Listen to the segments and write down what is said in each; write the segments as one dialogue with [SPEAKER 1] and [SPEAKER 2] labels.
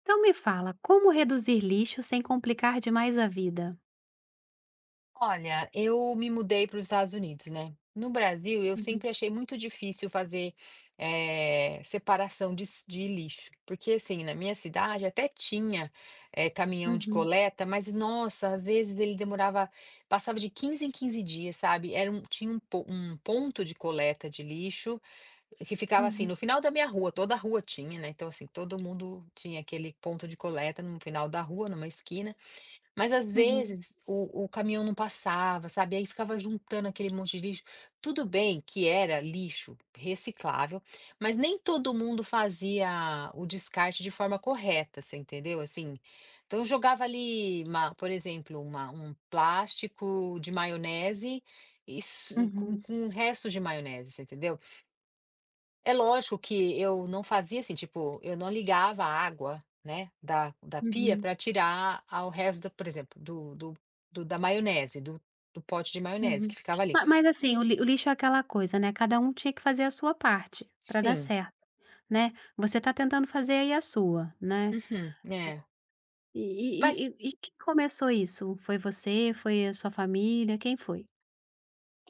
[SPEAKER 1] Então me fala, como reduzir lixo sem complicar demais a vida?
[SPEAKER 2] Olha, eu me mudei para os Estados Unidos, né? No Brasil, eu
[SPEAKER 1] Uhum.
[SPEAKER 2] sempre achei muito difícil fazer separação de lixo, porque assim, na minha cidade até tinha caminhão de
[SPEAKER 1] Uhum,
[SPEAKER 2] coleta, mas nossa, às vezes ele demorava, passava de 15 em 15 dias, sabe? Era um, tinha um, po- um ponto de coleta de lixo que ficava assim,
[SPEAKER 1] uhum,
[SPEAKER 2] no final da minha rua, toda a rua tinha, né? Então, assim, todo mundo tinha aquele ponto de coleta no final da rua, numa esquina. Mas às
[SPEAKER 1] uhum,
[SPEAKER 2] vezes o caminhão não passava, sabe, aí ficava juntando aquele monte de lixo. Tudo bem que era lixo reciclável, mas nem todo mundo fazia o descarte de forma correta, você entendeu? Assim, então eu jogava ali uma por exemplo, uma um plástico de maionese e s
[SPEAKER 1] uhum,
[SPEAKER 2] com restos de maionese, você entendeu? É lógico que eu não fazia assim, tipo, eu não ligava a água, né, da pia
[SPEAKER 1] uhum,
[SPEAKER 2] para tirar a o resto da por exemplo, do do do da maionese, do pote de maionese
[SPEAKER 1] uhum.
[SPEAKER 2] que ficava ali.
[SPEAKER 1] Ma mas assim, o lixo é aquela coisa, né, cada um tinha que fazer a sua parte para dar
[SPEAKER 2] Sim.
[SPEAKER 1] certo, né. Você tá tentando fazer aí a sua, né.
[SPEAKER 2] Uhum. É.
[SPEAKER 1] E e e
[SPEAKER 2] Mas
[SPEAKER 1] e e quem começou isso? Foi você? Foi a sua família? Quem foi?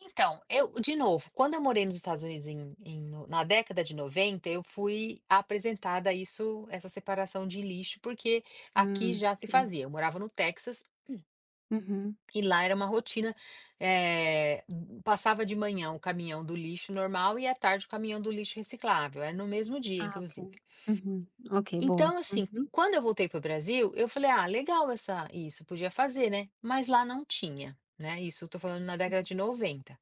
[SPEAKER 2] então, eu de novo, quando eu morei nos Estados Unidos em em no na década de 90, eu fui apresentada a isso, essa separação de lixo, porque aqui já se
[SPEAKER 1] Ok.
[SPEAKER 2] fazia. Eu morava no Texas.
[SPEAKER 1] Uhum.
[SPEAKER 2] E lá era uma rotina, passava de manhã o caminhão do lixo normal e à tarde o caminhão do lixo reciclável, era no mesmo dia
[SPEAKER 1] Ah, ok.
[SPEAKER 2] inclusive.
[SPEAKER 1] Uhum. Ok,
[SPEAKER 2] Então
[SPEAKER 1] boa.
[SPEAKER 2] assim,
[SPEAKER 1] Uhum.
[SPEAKER 2] quando eu voltei para o Brasil, eu falei: "Ah, legal essa isso, podia fazer, né", mas lá não tinha, né, isso eu estou falando na
[SPEAKER 1] Uhum.
[SPEAKER 2] década de 90.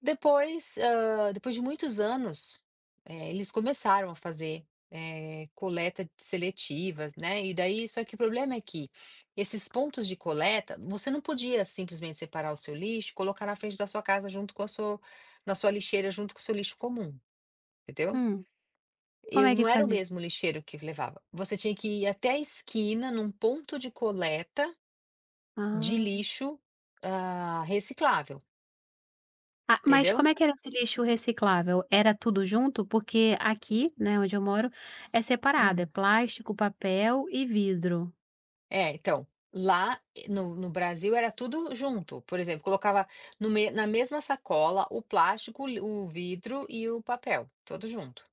[SPEAKER 2] Depois, depois de muitos anos, eles começaram a fazer coleta seletivas, né, e daí só que o problema é que esses pontos de coleta, você não podia simplesmente separar o seu lixo e colocar na frente da sua casa junto com a sua na sua lixeira junto com o seu lixo comum, entendeu?
[SPEAKER 1] Hum. Como
[SPEAKER 2] Eu
[SPEAKER 1] é que
[SPEAKER 2] não era o
[SPEAKER 1] fazia?
[SPEAKER 2] mesmo lixeiro que levava. Você tinha que ir até a esquina num ponto de coleta de
[SPEAKER 1] Ah.
[SPEAKER 2] lixo, reciclável,
[SPEAKER 1] Ah, mas
[SPEAKER 2] entendeu?
[SPEAKER 1] como é que era esse lixo reciclável? Era tudo junto? Porque aqui, né, onde eu moro, é separado, é
[SPEAKER 2] Hum.
[SPEAKER 1] plástico, papel e vidro.
[SPEAKER 2] É, então, lá no Brasil era tudo junto, por exemplo, colocava no me na mesma sacola o plástico, o vidro e o papel, tudo junto,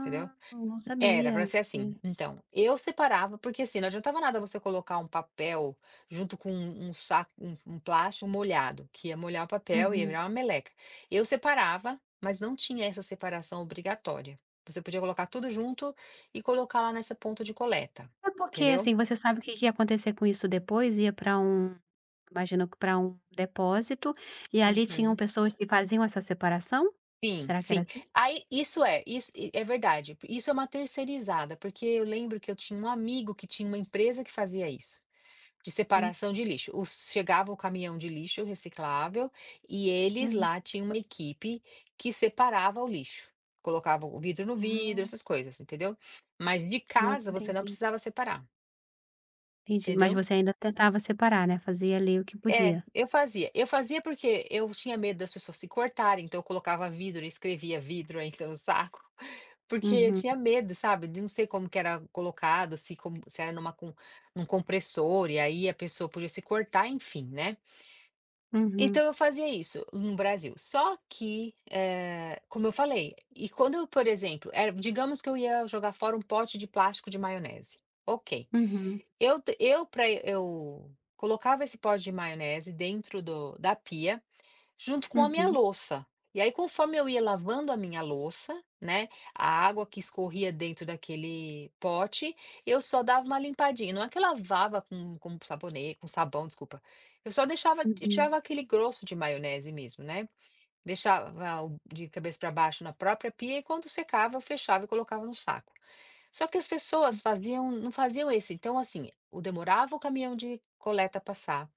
[SPEAKER 2] entendeu.
[SPEAKER 1] não
[SPEAKER 2] Era
[SPEAKER 1] sabia.
[SPEAKER 2] para ser assim.
[SPEAKER 1] E
[SPEAKER 2] Então, eu separava, porque assim, não adiantava nada você colocar um papel junto com um um saco um um plástico molhado, que ia molhar o papel, e ia
[SPEAKER 1] uhum.
[SPEAKER 2] virar uma meleca. Eu separava, mas não tinha essa separação obrigatória. Você podia colocar tudo junto e colocar lá nessa ponta de coleta,
[SPEAKER 1] É porque,
[SPEAKER 2] entendeu?
[SPEAKER 1] assim, você sabe o que que ia acontecer com isso depois? Ia para um, imagino que para um depósito, e ali tinham
[SPEAKER 2] Uhum.
[SPEAKER 1] pessoas que faziam essa separação?
[SPEAKER 2] Sim,
[SPEAKER 1] Será que era
[SPEAKER 2] sim.
[SPEAKER 1] assim?
[SPEAKER 2] Aí isso é verdade, isso é uma terceirizada, porque eu lembro que eu tinha um amigo que tinha uma empresa que fazia isso, de
[SPEAKER 1] Hum,
[SPEAKER 2] separação de lixo. Os chegava o caminhão de lixo reciclável e eles
[SPEAKER 1] uhum.
[SPEAKER 2] lá tinham uma equipe que separava o lixo, colocava o vidro no vidro,
[SPEAKER 1] Ah,
[SPEAKER 2] essas coisas, entendeu? Mas de
[SPEAKER 1] nossa,
[SPEAKER 2] casa você não
[SPEAKER 1] entendi,
[SPEAKER 2] precisava separar,
[SPEAKER 1] entendi. Mas
[SPEAKER 2] entendeu?
[SPEAKER 1] você ainda tentava separar, né, fazia ali o que
[SPEAKER 2] É,
[SPEAKER 1] podia.
[SPEAKER 2] eu fazia. Eu fazia porque eu tinha medo das pessoas se cortarem, então eu colocava vidro e escrevia vidro aí no saco, porque eu
[SPEAKER 1] Uhum,
[SPEAKER 2] tinha medo, sabe, de não sei como que era colocado, se, como, se era numa, num compressor, e aí a pessoa podia se cortar, enfim, né? Então
[SPEAKER 1] uhum.
[SPEAKER 2] eu fazia isso no Brasil. Só que, como eu falei, e quando eu, por exemplo, digamos que eu ia jogar fora um pote de plástico de maionese. Ok.
[SPEAKER 1] Uhum,
[SPEAKER 2] Eu t eu pra eu colocava esse pó de maionese dentro do da pia, junto com a minha
[SPEAKER 1] uhum,
[SPEAKER 2] louça. E aí, conforme eu ia lavando a minha louça, né, a água que escorria dentro daquele pote, eu só dava uma limpadinha. Não é que eu lavava com sabonete com sabão, desculpa. Eu só deixava eu tirava
[SPEAKER 1] uhum,
[SPEAKER 2] aquele grosso de maionese mesmo, né. Deixava o de cabeça para baixo na própria pia e quando secava, eu fechava e colocava no saco. Só que as pessoas faziam não faziam esse então, assim, o demorava o caminhão de coleta passar,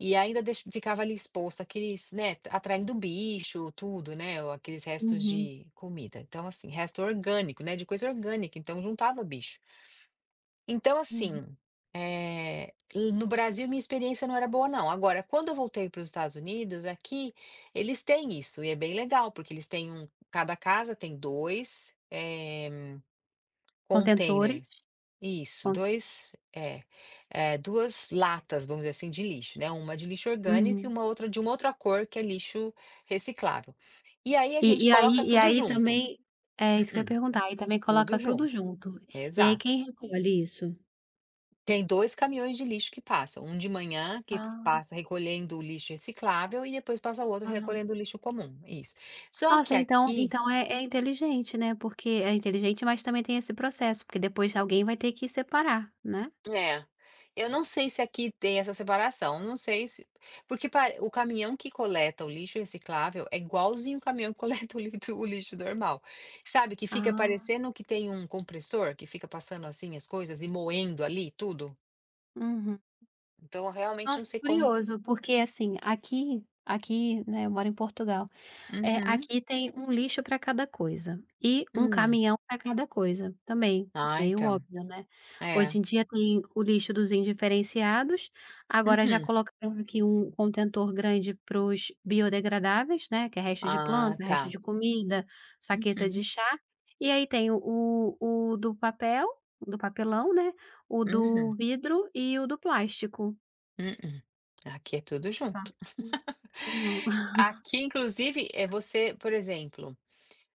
[SPEAKER 2] e ainda deix ficava ali exposto aqueles né, atraindo bicho, tudo, né, ou aqueles restos
[SPEAKER 1] uhum,
[SPEAKER 2] de comida. Então, assim, resto orgânico, né, de coisa orgânica, então juntava bicho. Então,
[SPEAKER 1] uhum.
[SPEAKER 2] assim, eh, no Brasil minha experiência não era boa não. Agora, quando eu voltei para os Estados Unidos, aqui, eles têm isso e é bem legal, porque eles têm um cada casa tem 2
[SPEAKER 1] Contentores,
[SPEAKER 2] container isso,
[SPEAKER 1] conte
[SPEAKER 2] 2 é, 2 latas, vamos dizer assim, de lixo, né, uma de lixo orgânico e
[SPEAKER 1] uhum.
[SPEAKER 2] uma outra de uma outra cor, que é lixo reciclável. E aí a
[SPEAKER 1] E
[SPEAKER 2] gente
[SPEAKER 1] e aí
[SPEAKER 2] coloca
[SPEAKER 1] e
[SPEAKER 2] tudo
[SPEAKER 1] aí
[SPEAKER 2] junto.
[SPEAKER 1] também é isso que eu ia
[SPEAKER 2] Mm-mm,
[SPEAKER 1] perguntar, aí também
[SPEAKER 2] tudo
[SPEAKER 1] coloca tudo
[SPEAKER 2] junto,
[SPEAKER 1] junto. E aí
[SPEAKER 2] exato.
[SPEAKER 1] quem recolhe isso?
[SPEAKER 2] Tem 2 caminhões de lixo que passam, um de manhã que
[SPEAKER 1] Ah,
[SPEAKER 2] passa recolhendo o lixo reciclável e depois passa o outro
[SPEAKER 1] aham.
[SPEAKER 2] recolhendo o lixo comum, isso. Só que
[SPEAKER 1] Nossa, então
[SPEAKER 2] aqui.
[SPEAKER 1] então é inteligente, né, porque é inteligente, mas também tem esse processo, porque depois alguém vai ter que separar, né.
[SPEAKER 2] É, eu não sei se aqui tem essa separação, não sei se porque pare o caminhão que coleta o lixo reciclável é igualzinho o caminhão que coleta o lito o lixo normal, sabe, que fica
[SPEAKER 1] Ah,
[SPEAKER 2] parecendo que tem um compressor que fica passando, assim, as coisas e moendo ali tudo.
[SPEAKER 1] uhum.
[SPEAKER 2] Então eu realmente não
[SPEAKER 1] Nossa,
[SPEAKER 2] sei como.
[SPEAKER 1] curioso, porque assim, aqui, né, eu moro em Portugal. É,
[SPEAKER 2] Uhum,
[SPEAKER 1] aqui tem um lixo para cada coisa e um
[SPEAKER 2] hum.
[SPEAKER 1] caminhão para cada coisa, também,
[SPEAKER 2] Ah,
[SPEAKER 1] meio
[SPEAKER 2] então.
[SPEAKER 1] óbvio, né.
[SPEAKER 2] É.
[SPEAKER 1] Hoje em dia tem o lixo dos indiferenciados, agora já
[SPEAKER 2] Uhum.
[SPEAKER 1] colocaram aqui um contentor grande para os biodegradáveis, né, que é resto de
[SPEAKER 2] Ah,
[SPEAKER 1] planta,
[SPEAKER 2] tá.
[SPEAKER 1] resto de comida, saqueta de
[SPEAKER 2] Uhum,
[SPEAKER 1] chá, e aí tem o do papel, do papelão, né, o do
[SPEAKER 2] uhum,
[SPEAKER 1] vidro e o do plástico.
[SPEAKER 2] uh aqui é tudo
[SPEAKER 1] Só
[SPEAKER 2] junto.
[SPEAKER 1] que não.
[SPEAKER 2] Aqui inclusive, é você, por exemplo.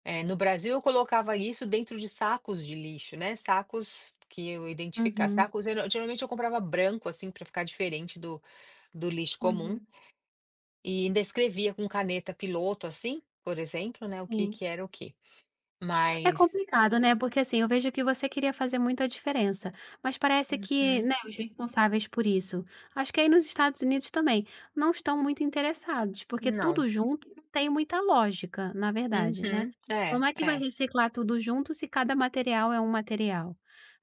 [SPEAKER 2] É, no Brasil eu colocava isso dentro de sacos de lixo, né, sacos que eu identificava,
[SPEAKER 1] Uhum,
[SPEAKER 2] sacos geralmente eu comprava branco, assim, para ficar diferente do do lixo comum,
[SPEAKER 1] uhum,
[SPEAKER 2] e ainda escrevia com caneta piloto, assim, por exemplo, né, o que
[SPEAKER 1] sim.
[SPEAKER 2] que era o que?
[SPEAKER 1] É
[SPEAKER 2] Mas
[SPEAKER 1] complicado, né, porque assim, eu vejo que você queria fazer muita diferença, mas parece que,
[SPEAKER 2] uhum,
[SPEAKER 1] né, os responsáveis por isso, acho que aí nos Estados Unidos também, não estão muito interessados, porque
[SPEAKER 2] não.
[SPEAKER 1] tudo junto não tem muita lógica, na verdade, né.
[SPEAKER 2] Uhum. É,
[SPEAKER 1] Como é que vai
[SPEAKER 2] é,
[SPEAKER 1] reciclar tudo junto se cada material é um material?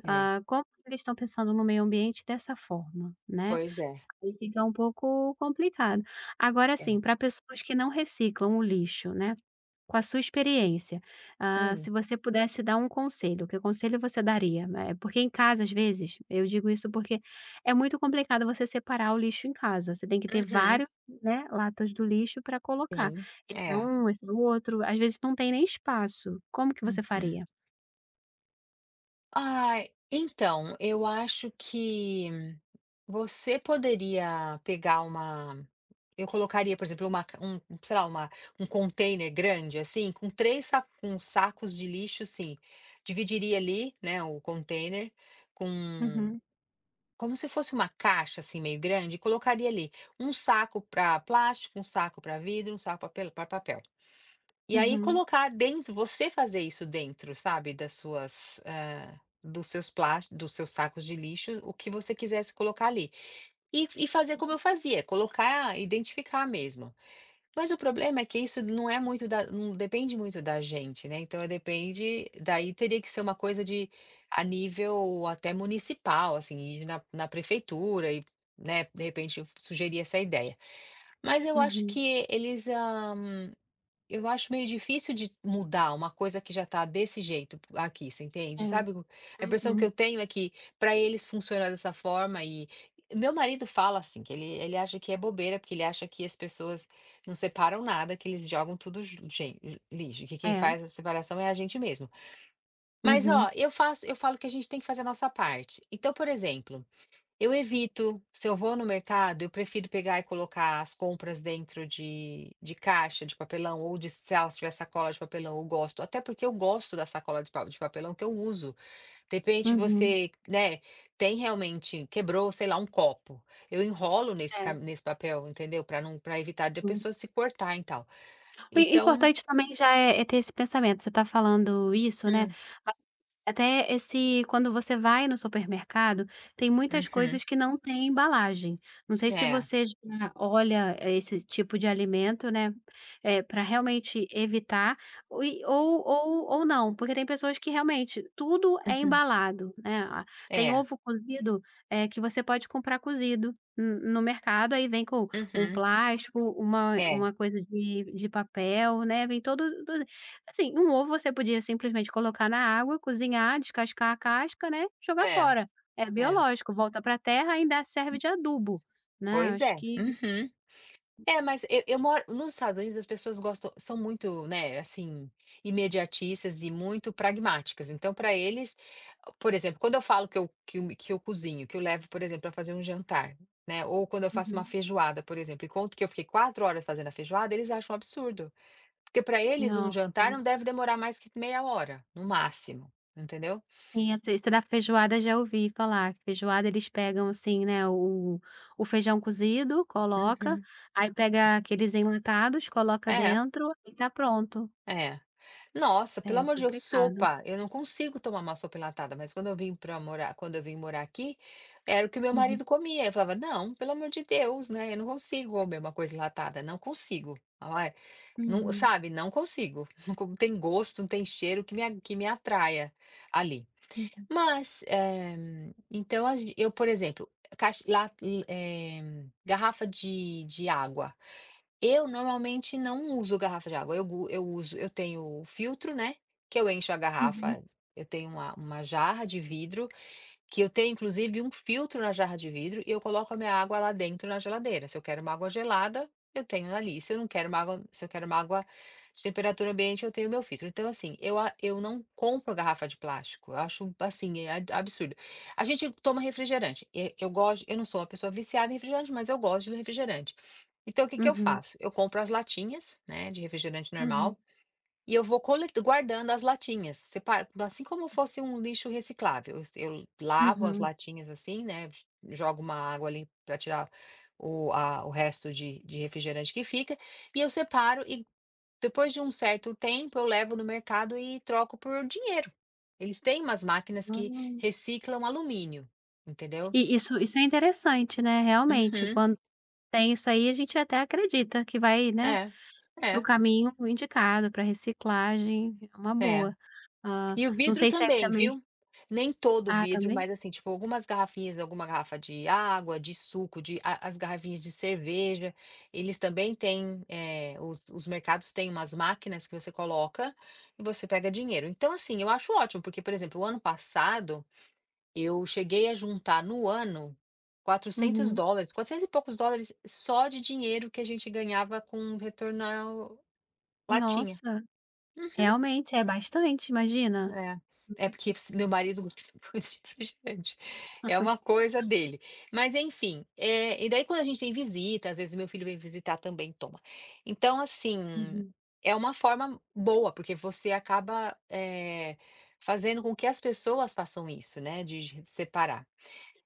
[SPEAKER 2] é.
[SPEAKER 1] Ah, como eles estão pensando no meio ambiente dessa forma, né,
[SPEAKER 2] Pois é,
[SPEAKER 1] aí fica um pouco complicado. Agora
[SPEAKER 2] é.
[SPEAKER 1] assim, para pessoas que não reciclam o lixo, né, com a sua experiência, ah,
[SPEAKER 2] Hum.
[SPEAKER 1] se você pudesse dar um conselho, que conselho você daria? Eh, porque em casa, às vezes, eu digo isso porque é muito complicado você separar o lixo em casa, você tem que ter
[SPEAKER 2] Uhum.
[SPEAKER 1] vários, né, latas do lixo para colocar.
[SPEAKER 2] Sim.
[SPEAKER 1] Esse é
[SPEAKER 2] É.
[SPEAKER 1] um, esse é o outro, às vezes não tem nem espaço. Como que você
[SPEAKER 2] Uhum.
[SPEAKER 1] faria?
[SPEAKER 2] Ai, então, eu acho que você poderia pegar uma. Eu colocaria, por exemplo, uma ca um um, sei lá, uma um container grande, assim, com 3 sa com sacos de lixo, sim, dividiria ali, né, o container com
[SPEAKER 1] Uhum,
[SPEAKER 2] como se fosse uma caixa, assim, meio grande, e colocaria ali um saco para plástico, um saco para vidro, um saco para papel. E aí
[SPEAKER 1] uhum,
[SPEAKER 2] colocar dentro você fazer isso dentro, sabe, das suas, dos seus plásticos, dos seus sacos de lixo, o que você quisesse colocar ali. E fazer como eu fazia, colocar, identificar mesmo. Mas o problema é que isso não é muito da não depende muito da gente, né, então depende daí teria que ser uma coisa de a nível até municipal, assim, ir na prefeitura e, né, de repente eu sugerir essa ideia. Mas eu acho
[SPEAKER 1] uhum.
[SPEAKER 2] que eles, eu acho meio difícil de mudar uma coisa que já está desse jeito aqui, você
[SPEAKER 1] É,
[SPEAKER 2] entende? Sabe, o a impressão que
[SPEAKER 1] uhum,
[SPEAKER 2] eu tenho é que para eles funciona dessa forma e meu marido fala assim, que ele acha que é bobeira, porque ele acha que as pessoas não separam nada, que eles jogam tudo ju gen lixo, que quem
[SPEAKER 1] é,
[SPEAKER 2] faz a separação é a gente mesmo. Mas,
[SPEAKER 1] uhum,
[SPEAKER 2] ó, eu falo que a gente tem que fazer a nossa parte. Então, por exemplo eu evito, se eu vou no mercado, eu prefiro pegar e colocar as compras dentro de caixa de papelão ou de se ela tiver sacola de papelão, eu gosto, até porque eu gosto da sacola de papelão que eu uso. De repente
[SPEAKER 1] uhum,
[SPEAKER 2] você, né, tem realmente quebrou, sei lá, um copo, eu enrolo nesse ca
[SPEAKER 1] é,
[SPEAKER 2] nesse papel, entendeu, para não para evitar de a
[SPEAKER 1] sim.
[SPEAKER 2] pessoa se cortar e tal.
[SPEAKER 1] O
[SPEAKER 2] Então
[SPEAKER 1] importante também já é ter esse pensamento, você está falando isso, né.
[SPEAKER 2] hum,
[SPEAKER 1] Até esse quando você vai no supermercado, tem muitas
[SPEAKER 2] uhum,
[SPEAKER 1] coisas que não têm embalagem. Não sei se
[SPEAKER 2] é,
[SPEAKER 1] você já olha, eh, esse tipo de alimento, né, eh, pra realmente evitar, ou e ou não, porque tem pessoas que realmente tudo é
[SPEAKER 2] uhum,
[SPEAKER 1] embalado, né. A tem
[SPEAKER 2] é,
[SPEAKER 1] ovo cozido, eh, que você pode comprar cozido no mercado, aí vem com um
[SPEAKER 2] uhum,
[SPEAKER 1] plástico, uma
[SPEAKER 2] é,
[SPEAKER 1] uma coisa de papel, né, vem todo. Assim, um ovo você podia simplesmente colocar na água, cozinhar, descascar a casca, né, jogar
[SPEAKER 2] é,
[SPEAKER 1] fora. É
[SPEAKER 2] é,
[SPEAKER 1] biológico, volta para a terra, ainda serve de adubo, né,
[SPEAKER 2] pois
[SPEAKER 1] acho
[SPEAKER 2] é,
[SPEAKER 1] que
[SPEAKER 2] uhum. É, mas eu moro nos Estados Unidos as pessoas gostam são muito, né, assim, imediatistas e muito pragmáticas, então para eles, por exemplo, quando eu falo que eu cozinho, que eu levo, por exemplo, para fazer um jantar, né, ou quando eu faço uma
[SPEAKER 1] uhum.
[SPEAKER 2] feijoada, por exemplo, e conto que eu fiquei 4 horas fazendo a feijoada, eles acham um absurdo, porque para eles um
[SPEAKER 1] Nossa,
[SPEAKER 2] jantar não deve demorar mais que meia hora, no máximo, entendeu?
[SPEAKER 1] sim, a texta da feijoada já ouvi falar. Feijoada eles pegam, assim, né, o feijão cozido, coloca,
[SPEAKER 2] Uhum.
[SPEAKER 1] aí pega aqueles enlatados, coloca
[SPEAKER 2] É,
[SPEAKER 1] dentro e tá pronto.
[SPEAKER 2] é. Nossa, pelo
[SPEAKER 1] É
[SPEAKER 2] amor de Deus,
[SPEAKER 1] complicado.
[SPEAKER 2] sopa, eu não consigo tomar uma sopa enlatada, mas quando eu vim morar aqui, era o que meu
[SPEAKER 1] Uhum,
[SPEAKER 2] marido comia, eu falava: "Não, pelo amor de Deus, né, eu não consigo comer uma coisa enlatada, não consigo". Ai, não
[SPEAKER 1] uhum,
[SPEAKER 2] sabe, não consigo, não tem gosto, não tem cheiro que me atraia ali.
[SPEAKER 1] uhum,
[SPEAKER 2] Mas, então a gen eu, por exemplo, caixa la garrafa de água. Eu normalmente não uso garrafa de água, eu gu eu uso eu tenho o filtro, né, que eu encho a
[SPEAKER 1] uhum,
[SPEAKER 2] garrafa eu tenho uma jarra de vidro, que eu tenho inclusive um filtro na jarra de vidro e eu coloco a minha água lá dentro na geladeira. Se eu quero uma água gelada, eu tenho ali. Se eu não quero uma água, se eu quero uma água de temperatura ambiente, eu tenho meu filtro. Então, assim, eu não compro garrafa de plástico. Eu acho, assim, é absurdo. A gente toma refrigerante. Eu gosto, eu não sou uma pessoa viciada em refrigerante, mas eu gosto de refrigerante. Então, o que que eu
[SPEAKER 1] uhum,
[SPEAKER 2] faço? Eu compro as latinhas, né, de refrigerante
[SPEAKER 1] uhum,
[SPEAKER 2] normal. E eu vou cole guardando as latinhas, separo assim como fosse um lixo reciclável, eu lavo as
[SPEAKER 1] uhum.
[SPEAKER 2] latinhas, assim, né, jogo uma água ali para tirar o resto de refrigerante que fica, e eu separo e depois de um certo tempo eu levo no mercado e troco por dinheiro. Eles têm umas máquinas que
[SPEAKER 1] Ah.
[SPEAKER 2] reciclam alumínio, entendeu?
[SPEAKER 1] E isso é interessante, né, realmente,
[SPEAKER 2] Uhum.
[SPEAKER 1] quando tem isso aí, a gente até acredita que vai, né,
[SPEAKER 2] É,
[SPEAKER 1] para o
[SPEAKER 2] é,
[SPEAKER 1] caminho indicado, para reciclagem, é uma
[SPEAKER 2] é.
[SPEAKER 1] boa. Hã,
[SPEAKER 2] E o
[SPEAKER 1] não
[SPEAKER 2] vidro
[SPEAKER 1] sei se aí
[SPEAKER 2] também,
[SPEAKER 1] também
[SPEAKER 2] viu? Nem todo o
[SPEAKER 1] ah,
[SPEAKER 2] vidro,
[SPEAKER 1] também?
[SPEAKER 2] mas assim, tipo, algumas garrafinhas, alguma garrafa de água, de suco, as garrafinhas de cerveja, eles também têm, os mercados têm umas máquinas que você coloca e você pega dinheiro. Então, assim, eu acho ótimo, porque, por exemplo, o ano passado eu cheguei a juntar no ano quatrocentos
[SPEAKER 1] Uhum.
[SPEAKER 2] dólares, US$ 400 e poucos só de dinheiro que a gente ganhava com retorno à latinha.
[SPEAKER 1] Nossa, realmente é bastante, imagina.
[SPEAKER 2] É. É porque s meu marido gosta muito de refrigerante. É uma coisa dele. Mas enfim, e daí quando a gente tem visita, às vezes meu filho vem visitar também toma. Então assim,
[SPEAKER 1] Uhum.
[SPEAKER 2] é uma forma boa, porque você acaba, fazendo com que as pessoas façam isso, né, de separar.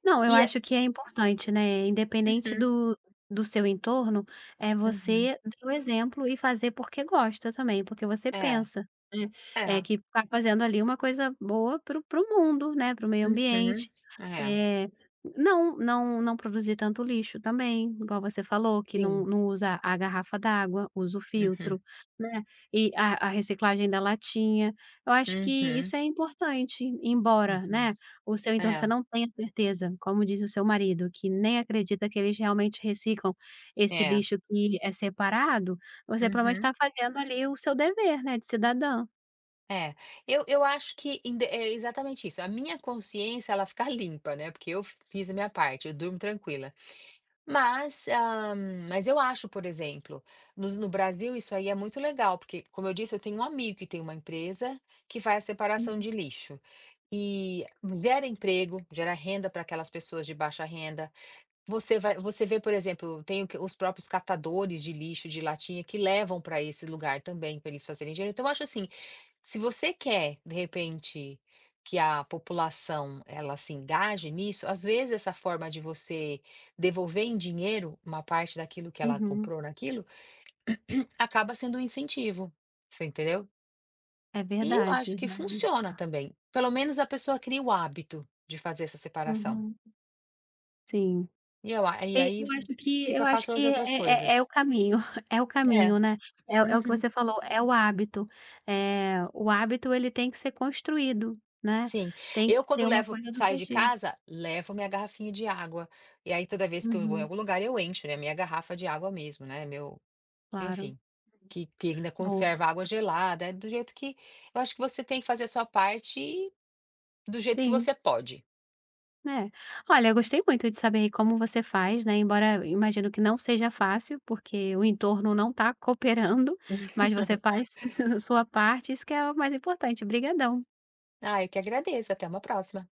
[SPEAKER 1] Não, eu
[SPEAKER 2] E é.
[SPEAKER 1] acho que é importante, né, independente
[SPEAKER 2] Uhum,
[SPEAKER 1] do do seu entorno, é
[SPEAKER 2] uhum.
[SPEAKER 1] você dar o exemplo e fazer porque gosta também, porque você
[SPEAKER 2] É,
[SPEAKER 1] pensa, né, eh,
[SPEAKER 2] é.
[SPEAKER 1] que está fazendo ali uma coisa boa para o mundo, né, para o meio
[SPEAKER 2] Uhum.
[SPEAKER 1] ambiente.
[SPEAKER 2] É,
[SPEAKER 1] É não produzir tanto lixo também, igual você falou, que não
[SPEAKER 2] sim.
[SPEAKER 1] não usa a garrafa d'água, usa o
[SPEAKER 2] Uhum,
[SPEAKER 1] filtro, né, e a reciclagem da latinha. Eu acho que
[SPEAKER 2] uhum,
[SPEAKER 1] isso é importante, embora,
[SPEAKER 2] uhum.
[SPEAKER 1] né, o seu então você
[SPEAKER 2] É,
[SPEAKER 1] não tem a certeza, como diz o seu marido, que nem acredita que eles realmente reciclam esse
[SPEAKER 2] é.
[SPEAKER 1] lixo que é separado, você provavelmente
[SPEAKER 2] Uhum.
[SPEAKER 1] está fazendo ali o seu dever, né, de cidadã.
[SPEAKER 2] É, eu acho que inde é exatamente isso, a minha consciência ela fica limpa, né, porque eu fiz a minha parte, eu durmo tranquila. Mas, mas eu acho, por exemplo, nos no Brasil isso aí é muito legal, porque como eu disse, eu tenho um amigo que tem uma empresa que faz a separação de
[SPEAKER 1] Uhum,
[SPEAKER 2] lixo, e gera emprego, gera renda para aquelas pessoas de baixa renda, você vê, por exemplo, tem o que os próprios catadores de lixo de latinha que levam para esse lugar também, para eles fazerem dinheiro. Então eu acho assim, se você quer, de repente, que a população ela se engaje nisso, às vezes essa forma de você devolver em dinheiro uma parte daquilo que ela
[SPEAKER 1] uhum,
[SPEAKER 2] comprou naquilo, acaba sendo um incentivo, você entendeu?
[SPEAKER 1] é
[SPEAKER 2] E eu acho
[SPEAKER 1] verdade,
[SPEAKER 2] que
[SPEAKER 1] né.
[SPEAKER 2] funciona também. Pelo menos a pessoa cria o hábito de fazer essa separação.
[SPEAKER 1] Uhum, sim.
[SPEAKER 2] E eu a e
[SPEAKER 1] E
[SPEAKER 2] aí
[SPEAKER 1] eu
[SPEAKER 2] fica
[SPEAKER 1] acho
[SPEAKER 2] fácil
[SPEAKER 1] que
[SPEAKER 2] fazer outras
[SPEAKER 1] é
[SPEAKER 2] coisas.
[SPEAKER 1] é é o caminho, é o
[SPEAKER 2] É.
[SPEAKER 1] caminho, né, é o que
[SPEAKER 2] Uhum.
[SPEAKER 1] você falou, é o hábito. Eh, o hábito ele tem que ser construído, né,
[SPEAKER 2] Sim.
[SPEAKER 1] tem que
[SPEAKER 2] Eu quando
[SPEAKER 1] ser uma
[SPEAKER 2] levo
[SPEAKER 1] coisa do dia
[SPEAKER 2] saio
[SPEAKER 1] a
[SPEAKER 2] de
[SPEAKER 1] dia.
[SPEAKER 2] casa, levo minha garrafinha de água. E aí toda vez que eu vou em
[SPEAKER 1] Uhum,
[SPEAKER 2] algum lugar eu encho, né, minha garrafa de água mesmo, né, meu
[SPEAKER 1] claro.
[SPEAKER 2] enfim, que ainda
[SPEAKER 1] Boa,
[SPEAKER 2] conserva água gelada, é do jeito que eu acho que você tem que fazer a sua parte e do jeito que
[SPEAKER 1] sim.
[SPEAKER 2] você pode.
[SPEAKER 1] É. Olha, eu gostei muito de saber aí como você faz, né, embora eu imagino que não seja fácil, porque o entorno não está cooperando, mas você faz sua parte, isso que é o mais importante. Obrigadão.
[SPEAKER 2] Ah, eu que agradeço, até uma próxima.